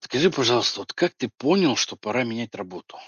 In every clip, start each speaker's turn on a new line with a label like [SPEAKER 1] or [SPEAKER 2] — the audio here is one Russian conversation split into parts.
[SPEAKER 1] Скажи, пожалуйста, вот как ты понял, что пора менять работу?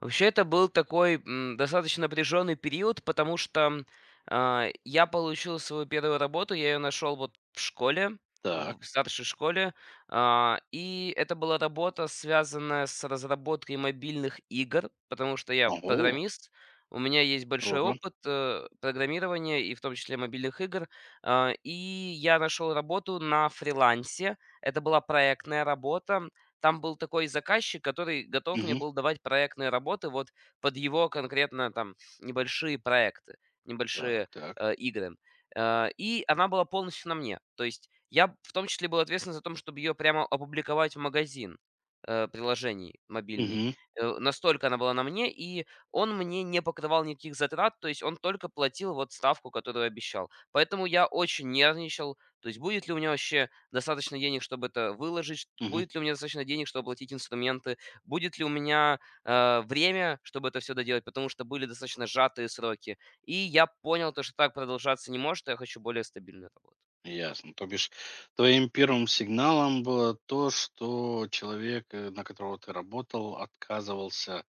[SPEAKER 2] Вообще, это был такой, достаточно напряженный период, потому что, я получил свою первую работу, я ее нашел вот в школе, в
[SPEAKER 1] Так.
[SPEAKER 2] старшей школе. И это была работа, связанная с разработкой мобильных игр, потому что я
[SPEAKER 1] Ого,
[SPEAKER 2] программист, у меня есть большой
[SPEAKER 1] рода.
[SPEAKER 2] опыт, программирования и в том числе мобильных игр. И я нашел работу на фрилансе. Это была проектная работа, там был такой заказчик, который готов мне
[SPEAKER 1] Мгм.
[SPEAKER 2] был давать проектные работы вот под его конкретно там небольшие проекты, небольшие
[SPEAKER 1] Так, так.
[SPEAKER 2] э, игры. И она была полностью на мне. То есть я в том числе был ответственен за то, чтобы ее прямо опубликовать в магазин приложений мобильный.
[SPEAKER 1] Мгм,
[SPEAKER 2] Настолько она была на мне, и он мне не покрывал никаких затрат, то есть он только платил вот ставку, которую обещал. Поэтому я очень нервничал, то есть будет ли у меня вообще достаточно денег, чтобы это выложить, чт
[SPEAKER 1] мгм.
[SPEAKER 2] будет ли у меня достаточно денег, чтобы оплатить инструменты, будет ли у меня, время, чтобы это все доделать, потому что были достаточно сжатые сроки. И я понял то, что так продолжаться не может, и я хочу более стабильную работу.
[SPEAKER 1] Ясно. То бишь, твоим первым сигналом было то, что человек, на которого ты работал, отказывался,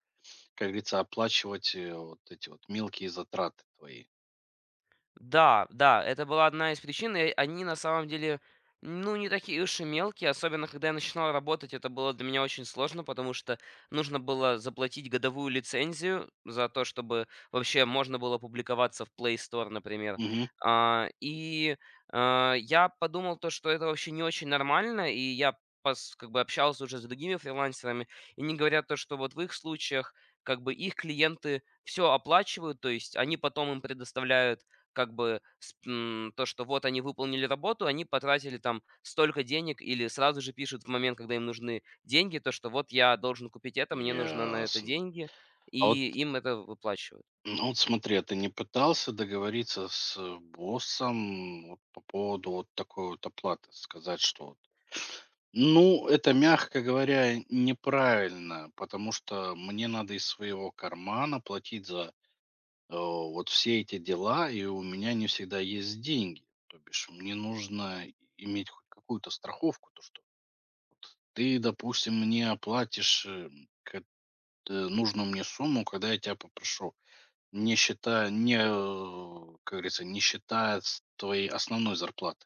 [SPEAKER 1] как говорится, оплачивать вот эти вот мелкие затраты твои.
[SPEAKER 2] Да, да, это была одна из причин, и они на самом деле, ну, не такие уж и мелкие, особенно когда я начинал работать, это было для меня очень сложно, потому что нужно было заплатить годовую лицензию за то, чтобы вообще можно было публиковаться в Play Store, например.
[SPEAKER 1] Мгм.
[SPEAKER 2] А, И я подумал то, что это вообще не очень нормально, и я как бы общался уже с другими фрилансерами, и они говорят то, что вот в их случаях как бы их клиенты все оплачивают, то есть они потом им предоставляют как бы, то, что вот они выполнили работу, они потратили там столько денег, или сразу же пишут в момент, когда им нужны деньги, то, что вот я должен купить это, мне нужно на это
[SPEAKER 1] Ясно.
[SPEAKER 2] деньги,
[SPEAKER 1] А вот,
[SPEAKER 2] и им это выплачивают.
[SPEAKER 1] ну вот смотри, а ты не пытался договориться с боссом вот по поводу вот такой вот оплаты? Сказать, что вот. Ну, это, мягко говоря, неправильно, потому что мне надо из своего кармана платить за, вот все эти дела, и у меня не всегда есть деньги. То бишь мне нужно иметь хоть какую-то страховку, то что вот ты, допустим, мне оплатишь, кэт нужную мне сумму, когда я тебя попрошу, не считая не, э, как говорится, не считая с твоей основной зарплаты.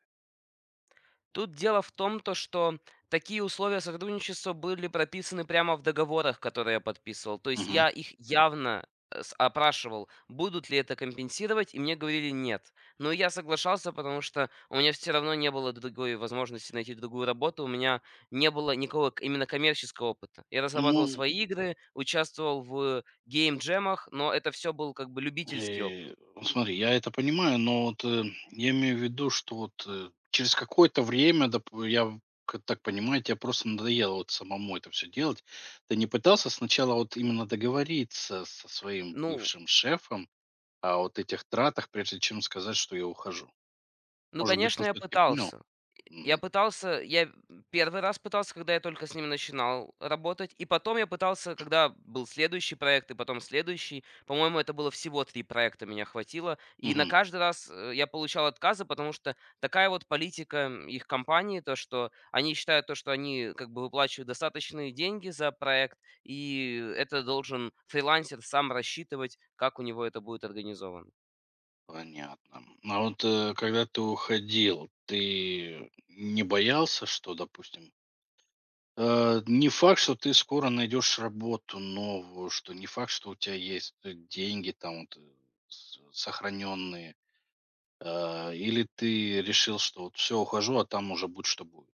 [SPEAKER 2] Тут дело в том, то что такие условия сотрудничества были прописаны прямо в договорах, которые я подписывал. То есть
[SPEAKER 1] Мгм.
[SPEAKER 2] я их явно опрашивал, будут ли это компенсировать, и мне говорили нет. Но я соглашался, потому что у меня все равно не было другой возможности найти другую работу, у меня не было именно коммерческого опыта. Я разрабатывал
[SPEAKER 1] Ну
[SPEAKER 2] свои игры, участвовал в гейм-джемах, но это все был как бы любительский опыт.
[SPEAKER 1] ну, смотри, я это понимаю, но вот, я имею в виду, что вот, через какое-то время, доп я в к так понимаю, тебе просто надоело вот самому это все делать. Ты не пытался сначала вот именно договориться со своим
[SPEAKER 2] Ну,
[SPEAKER 1] бывшим шефом о вот этих тратах, прежде чем сказать, что я ухожу?
[SPEAKER 2] ну,
[SPEAKER 1] Может быть, он
[SPEAKER 2] конечно, я
[SPEAKER 1] всё-таки понял?
[SPEAKER 2] пытался. Я
[SPEAKER 1] Мгм.
[SPEAKER 2] пытался, я первый раз пытался, когда я только с ними начинал работать, и потом я пытался, когда был следующий проект, и потом следующий. По-моему, это было всего 3 проекта меня хватило, и на
[SPEAKER 1] Мгм.
[SPEAKER 2] каждый раз, я получал отказы, потому что такая вот политика, их компании, то, что они считают то, что они как бы выплачивают достаточные деньги за проект, и это должен фрилансер сам рассчитывать, как у него это будет организовано.
[SPEAKER 1] Понятно. А вот, когда ты уходил, ты не боялся, что, допустим, не факт, что ты скоро найдешь работу новую, что не факт, что у тебя есть деньги там вот, сохраненные. Или ты решил, что вот все, ухожу, а там уже будь что будет.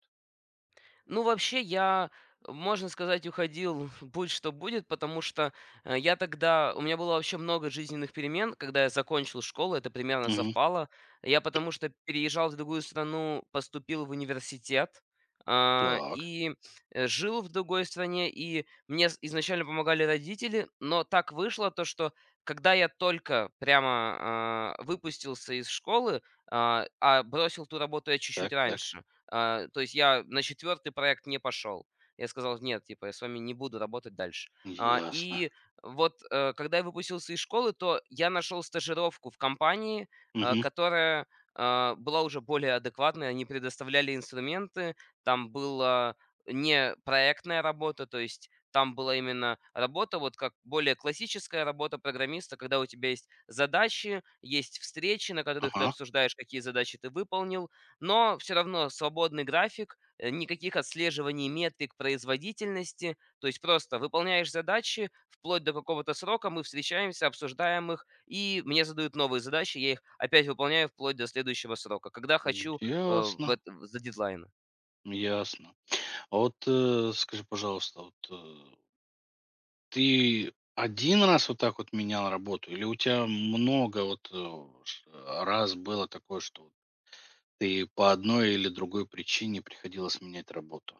[SPEAKER 2] Ну, вообще, я, можно сказать, уходил будь что будет, потому что я тогда... У меня было вообще много жизненных перемен, когда я закончил школу, это примерно
[SPEAKER 1] Мгм.
[SPEAKER 2] совпало. Я потому что переезжал в другую страну, поступил в университет, а,
[SPEAKER 1] Так,
[SPEAKER 2] и э, жил в другой стране, и мне изначально помогали родители, но так вышло то, что когда я только прямо выпустился из школы, бросил ту работу я
[SPEAKER 1] так,
[SPEAKER 2] чуть-чуть
[SPEAKER 1] так.
[SPEAKER 2] раньше, то есть я на четвертый проект не пошел. Я сказал: "Нет, типа, я с вами не буду работать дальше". А,
[SPEAKER 1] Ясно.
[SPEAKER 2] и вот, когда я выпустился из школы, то я нашел стажировку в компании, а,
[SPEAKER 1] Мгм.
[SPEAKER 2] которая, а, была уже более адекватной. Они предоставляли инструменты. Там была не проектная работа, то есть там была именно работа, вот как более классическая работа программиста, когда у тебя есть задачи, есть встречи, на которых ты
[SPEAKER 1] Ага.
[SPEAKER 2] обсуждаешь, какие задачи ты выполнил, но все равно свободный график, никаких отслеживаний метрик производительности. То есть просто выполняешь задачи вплоть до какого-то срока, мы встречаемся, обсуждаем их, и мне задают новые задачи, я их опять выполняю вплоть до следующего срока, когда хочу, э, в
[SPEAKER 1] Ясно,
[SPEAKER 2] эт за дедлайном.
[SPEAKER 1] ясно. А вот скажи, пожалуйста, вот ты один раз вот так вот менял работу, или у тебя много вот раз было такое, что ты по одной или другой причине приходилось менять работу.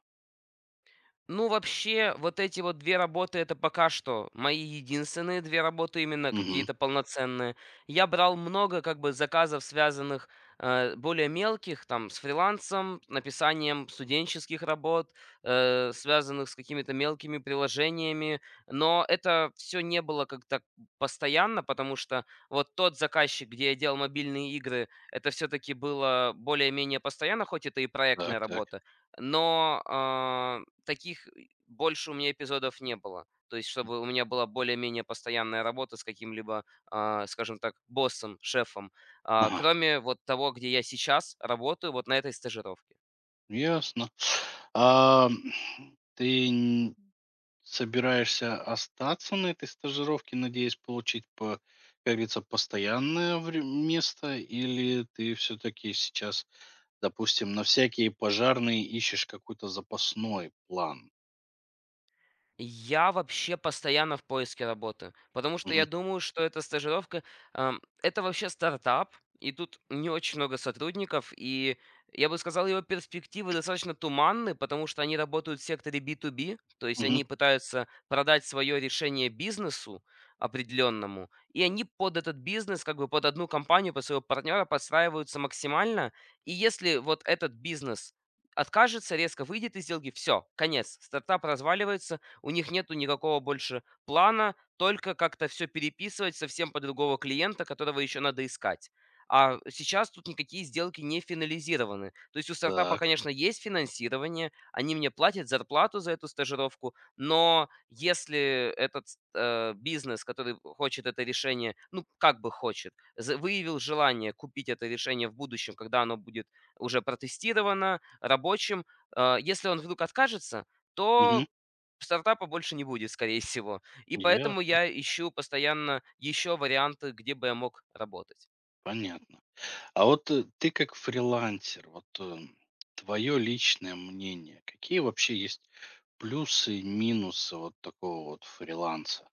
[SPEAKER 2] Ну, вообще, вот эти вот 2 работы — это пока что мои единственные 2 работы, именно
[SPEAKER 1] Мгм.
[SPEAKER 2] какие-то полноценные. Я брал много как бы заказов, связанных, более мелких, там, с фрилансом, написанием студенческих работ, связанных с какими-то мелкими приложениями. Но это все не было как то постоянно, потому что вот тот заказчик, где я делал мобильные игры, это все таки было более-менее постоянно, хоть это и
[SPEAKER 1] Так,
[SPEAKER 2] проектная
[SPEAKER 1] так.
[SPEAKER 2] работа. Но таких больше у меня эпизодов не было. То есть чтобы у меня была более-менее постоянная работа с каким-либо, скажем так, боссом, шефом.
[SPEAKER 1] Ага,
[SPEAKER 2] Кроме вот того, где я сейчас работаю, вот на этой стажировке.
[SPEAKER 1] ясно. Ты собираешься остаться на этой стажировке, надеясь получить, как говорится, постоянное место, или ты все-таки сейчас, допустим, на всякие пожарные ищешь какой-то запасной план?
[SPEAKER 2] Я вообще постоянно в поиске работы, потому что я
[SPEAKER 1] Мгм.
[SPEAKER 2] думаю, что эта стажировка, это вообще стартап, и тут не очень много сотрудников, и я бы сказал, его перспективы достаточно туманны, потому что они работают в секторе B2B, то есть
[SPEAKER 1] Мгм.
[SPEAKER 2] они пытаются продать свое решение бизнесу определенному, и они под этот бизнес, как бы под одну компанию, под своего партнера подстраиваются максимально, и если вот этот бизнес откажется, резко выйдет из сделки, все, конец. Стартап разваливается, у них нету никакого больше плана, только как-то все переписывать совсем под другого клиента, которого еще надо искать. А сейчас тут никакие сделки не финализированы. То есть у стартапа,
[SPEAKER 1] Так.
[SPEAKER 2] конечно, есть финансирование, они мне платят зарплату за эту стажировку, но если этот бизнес, который хочет это решение, ну, как бы хочет, з выявил желание купить это решение в будущем, когда оно будет уже протестировано рабочим, если он вдруг откажется,
[SPEAKER 1] Мгм.
[SPEAKER 2] то стартапа больше не будет, скорее всего. И
[SPEAKER 1] Я
[SPEAKER 2] поэтому я ищу постоянно еще варианты, где бы я мог работать.
[SPEAKER 1] Понятно. А вот ты как фрилансер, вот твое личное мнение, какие вообще есть плюсы и минусы вот такого вот фриланса?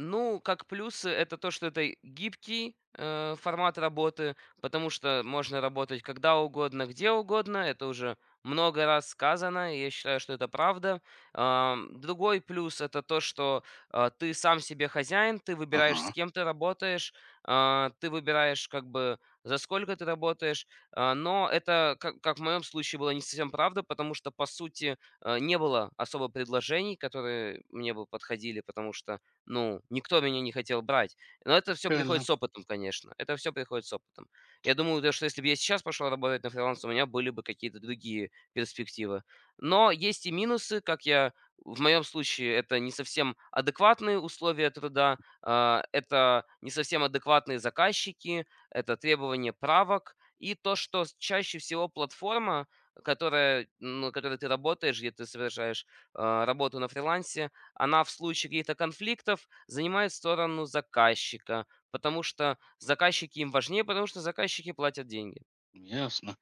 [SPEAKER 2] Ну, как плюсы, это то, что это гибкий формат работы, потому что можно работать когда угодно, где угодно. Это уже много раз сказано, и я считаю, что это правда. Другой плюс это то, что ты сам себе хозяин, ты выбираешь, с
[SPEAKER 1] Ага,
[SPEAKER 2] кем ты работаешь, ты выбираешь, как бы, за сколько ты работаешь. Но это, как в моем случае, было не совсем правда, потому что, по сути, не было особо предложений, которые мне бы подходили, потому что ну, никто меня не хотел брать. Но это все приходит
[SPEAKER 1] правильно,
[SPEAKER 2] с опытом, конечно. Это все приходит с опытом. Я думаю, то, что если бы я сейчас пошел работать на фриланс, у меня были бы какие-то другие перспективы. Но есть и минусы, как я в моем случае это не совсем адекватные условия труда, это не совсем адекватные заказчики, это требование правок и то, что с чаще всего платформа, которая, на которой ты работаешь, где ты совершаешь, работу на фрилансе, она в случае каких-то конфликтов занимает сторону заказчика, потому что заказчики им важнее, потому что заказчики платят деньги.
[SPEAKER 1] ясно.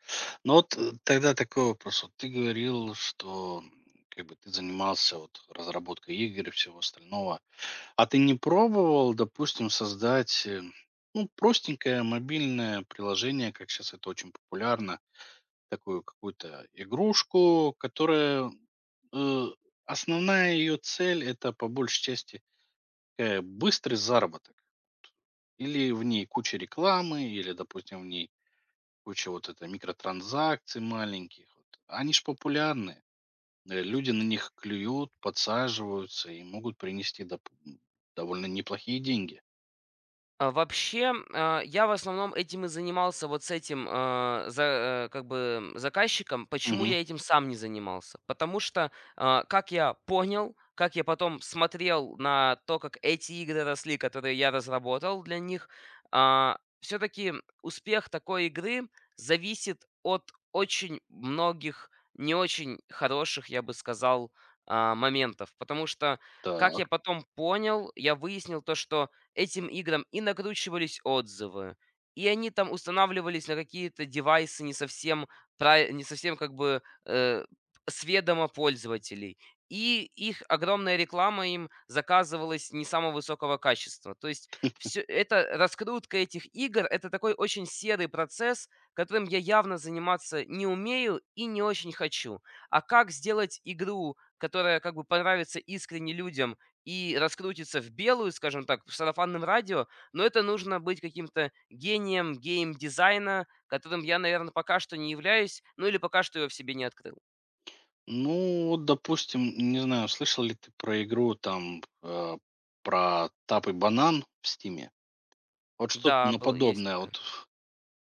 [SPEAKER 1] Ну вот тогда такой вопрос. Вот ты говорил, что как бы ты занимался вот разработкой игр и всего остального. А ты не пробовал, допустим, создать ну, простенькое мобильное приложение, как сейчас это очень популярно, такую какую-то игрушку, которая, э, основная ее цель — это по большей части, быстрый заработок. Или в ней куча рекламы, или, допустим, в ней куча вот это микротранзакций маленьких. Вот. Они ж популярны, люди на них клюют, подсаживаются и могут принести доп довольно неплохие деньги.
[SPEAKER 2] Вообще, я в основном этим и занимался, вот с этим, за как бы, заказчиком. Почему
[SPEAKER 1] Мгм.
[SPEAKER 2] я этим сам не занимался? Потому что, как я понял, как я потом смотрел на то, как эти игры росли, которые я разработал для них, все таки успех такой игры зависит от очень многих не очень хороших, я бы сказал, моментов. Потому что, как я
[SPEAKER 1] Так.
[SPEAKER 2] потом понял, я выяснил то, что этим играм и накручивались отзывы. И они там устанавливались на какие-то девайсы не совсем, не совсем как бы сведомо пользователей. И их огромная реклама им заказывалась не самого высокого качества. То есть все это раскрутка этих игр, это такой очень серый процесс, которым я явно заниматься не умею и не очень хочу. А как сделать игру, которая как бы понравится искренне людям, и раскрутиться в белую, скажем так, в сарафанном радио, но это нужно быть каким-то гением гейм-дизайна, которым я, наверное, пока что не являюсь, ну или пока что его в себе не открыл.
[SPEAKER 1] Ну, вот, допустим, не знаю, слышал ли ты про игру там, про "Тап и банан" в "Стиме"? Вот что-то
[SPEAKER 2] Да,
[SPEAKER 1] на
[SPEAKER 2] был, есть
[SPEAKER 1] подобное
[SPEAKER 2] такая.
[SPEAKER 1] вот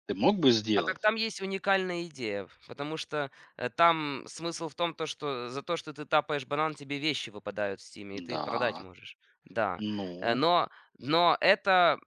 [SPEAKER 1] ты мог бы
[SPEAKER 2] А так
[SPEAKER 1] сделать?
[SPEAKER 2] там есть уникальная идея, потому что там смысл в том, то, что за то, что ты тапаешь банан, тебе вещи выпадают в стиме, и ты их продать
[SPEAKER 1] Да,
[SPEAKER 2] можешь. Да. Э,
[SPEAKER 1] ну,
[SPEAKER 2] Но, но это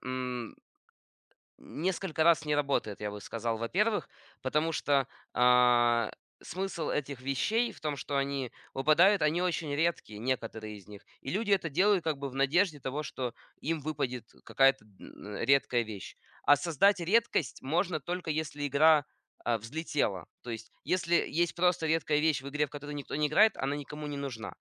[SPEAKER 2] несколько раз не работает, я бы сказал, во-первых, потому что, а, смысл этих вещей в том, что они выпадают, они очень редкие, некоторые из них. И люди это делают как бы в надежде того, что им выпадет какая-то н редкая вещь. А создать редкость можно только если игра, взлетела. То есть если есть просто редкая вещь в игре, в которой никто не играет, она никому не нужна.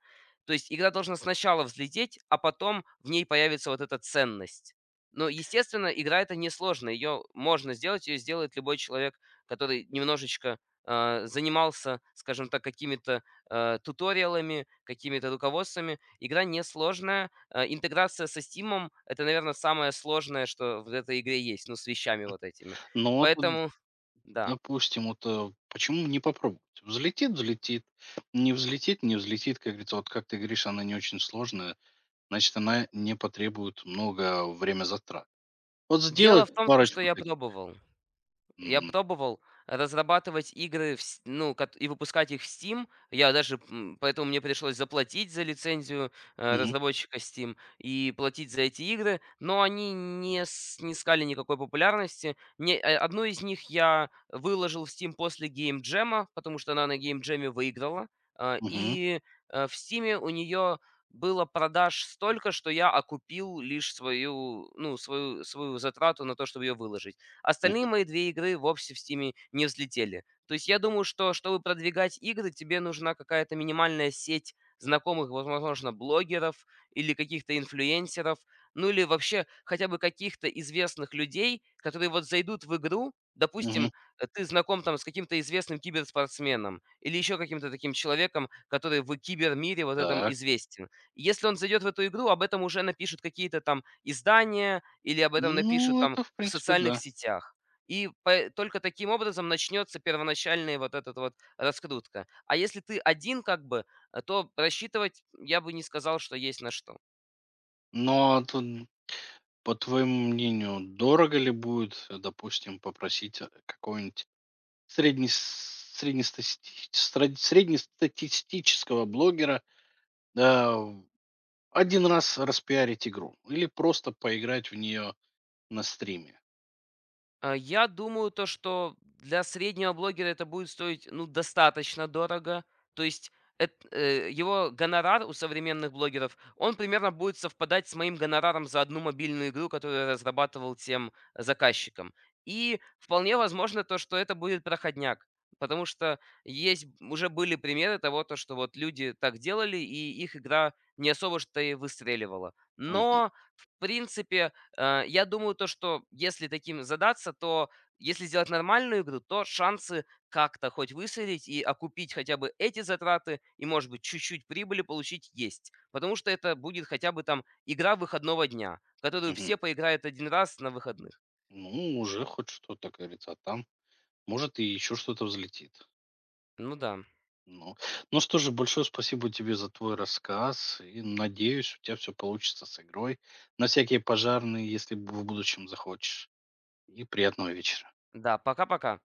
[SPEAKER 2] То есть игра должна сначала взлететь, а потом в ней появится вот эта ценность. Но, естественно, игра это несложная. Ее можно сделать, ее сделает любой человек, который немножечко занимался, скажем так, какими-то туториалами, какими-то руководствами. Игра несложная. А интеграция со Steam это, наверное, самое сложное, что в этой игре есть, ну, с вещами вот этими.
[SPEAKER 1] но
[SPEAKER 2] Поэтому, да.
[SPEAKER 1] допустим, вот, почему не попробовать? Взлетит — взлетит, не взлетит — не взлетит. Как говорится, вот как ты говоришь, она не очень сложная, значит, она не потребует много время затрат. Вот
[SPEAKER 2] Дело
[SPEAKER 1] сделать
[SPEAKER 2] в том, то, что
[SPEAKER 1] парочку
[SPEAKER 2] я
[SPEAKER 1] таких.
[SPEAKER 2] пробовал. Я
[SPEAKER 1] Мгм.
[SPEAKER 2] пробовал разрабатывать игры, в с ну, кот и выпускать их в Steam. Я даже, поэтому мне пришлось заплатить за лицензию,
[SPEAKER 1] Мгм.
[SPEAKER 2] разработчика Steam и платить за эти игры, но они не снискали никакой популярности. Не э, Одну из них я выложил в Steam после Game геймджема, потому что она на Game геймджеме выиграла, а,
[SPEAKER 1] Мгм.
[SPEAKER 2] и, э, в Стиме у нее было продаж столько, что я окупил лишь свою, ну, свою затрату на то, чтобы ее выложить. Остальные
[SPEAKER 1] Мгм.
[SPEAKER 2] мои 2 игры вовсе в Steam не взлетели. То есть я думаю, что чтобы продвигать игры, тебе нужна какая-то минимальная сеть знакомых, возможно, блогеров или каких-то инфлюенсеров, ну или вообще хотя бы каких-то известных людей, которые вот зайдут в игру.
[SPEAKER 1] Мгм.
[SPEAKER 2] Допустим, ты знаком там с каким-то известным киберспортсменом или еще каким-то таким человеком, который в кибермире вот этом
[SPEAKER 1] Так.
[SPEAKER 2] известен. Если он зайдет в эту игру, об этом уже напишут какие-то там издания или об этом напишут
[SPEAKER 1] Ну,
[SPEAKER 2] там
[SPEAKER 1] это, в
[SPEAKER 2] в
[SPEAKER 1] принципе,
[SPEAKER 2] социальных
[SPEAKER 1] да.
[SPEAKER 2] сетях. И пэ только таким образом начнется первоначальная вот этот вот раскрутка. А если ты один как бы, то рассчитывать я бы не сказал, что есть на что.
[SPEAKER 1] Но тут, по твоему мнению, дорого ли будет, допустим, попросить какого-нибудь среднес среднестасти стра среднестатистического блогера, да, в раз распиарить игру или просто поиграть в нее на стриме?
[SPEAKER 2] Я думаю, то, что для среднего блогера это будет стоить, ну, достаточно дорого. То есть его гонорар у современных блогеров, он примерно будет совпадать с моим гонораром за одну мобильную игру, которую я разрабатывал тем заказчиком. И вполне возможно то, что это будет проходняк. Потому что есть уже были примеры того, то, что вот люди так делали, и их игра не особо что и выстреливала.
[SPEAKER 1] Мгм,
[SPEAKER 2] Но, в принципе, я думаю, то, что если таким задаться, то если сделать нормальную игру, то шансы как-то хоть выследить и окупить хотя бы эти затраты и, может быть, чуть-чуть прибыли получить есть. Потому что это будет хотя бы там игра выходного дня, в которую
[SPEAKER 1] мгм.
[SPEAKER 2] все поиграют один раз на выходных.
[SPEAKER 1] Ну, уже хоть что-то, как говорится, а там, может, и еще что-то взлетит.
[SPEAKER 2] Ну да.
[SPEAKER 1] Ну, ну, что же, большое спасибо тебе за твой рассказ. И надеюсь, у тебя все получится с игрой на всякие пожарные, если в будущем захочешь. И приятного вечера.
[SPEAKER 2] Да, пока-пока.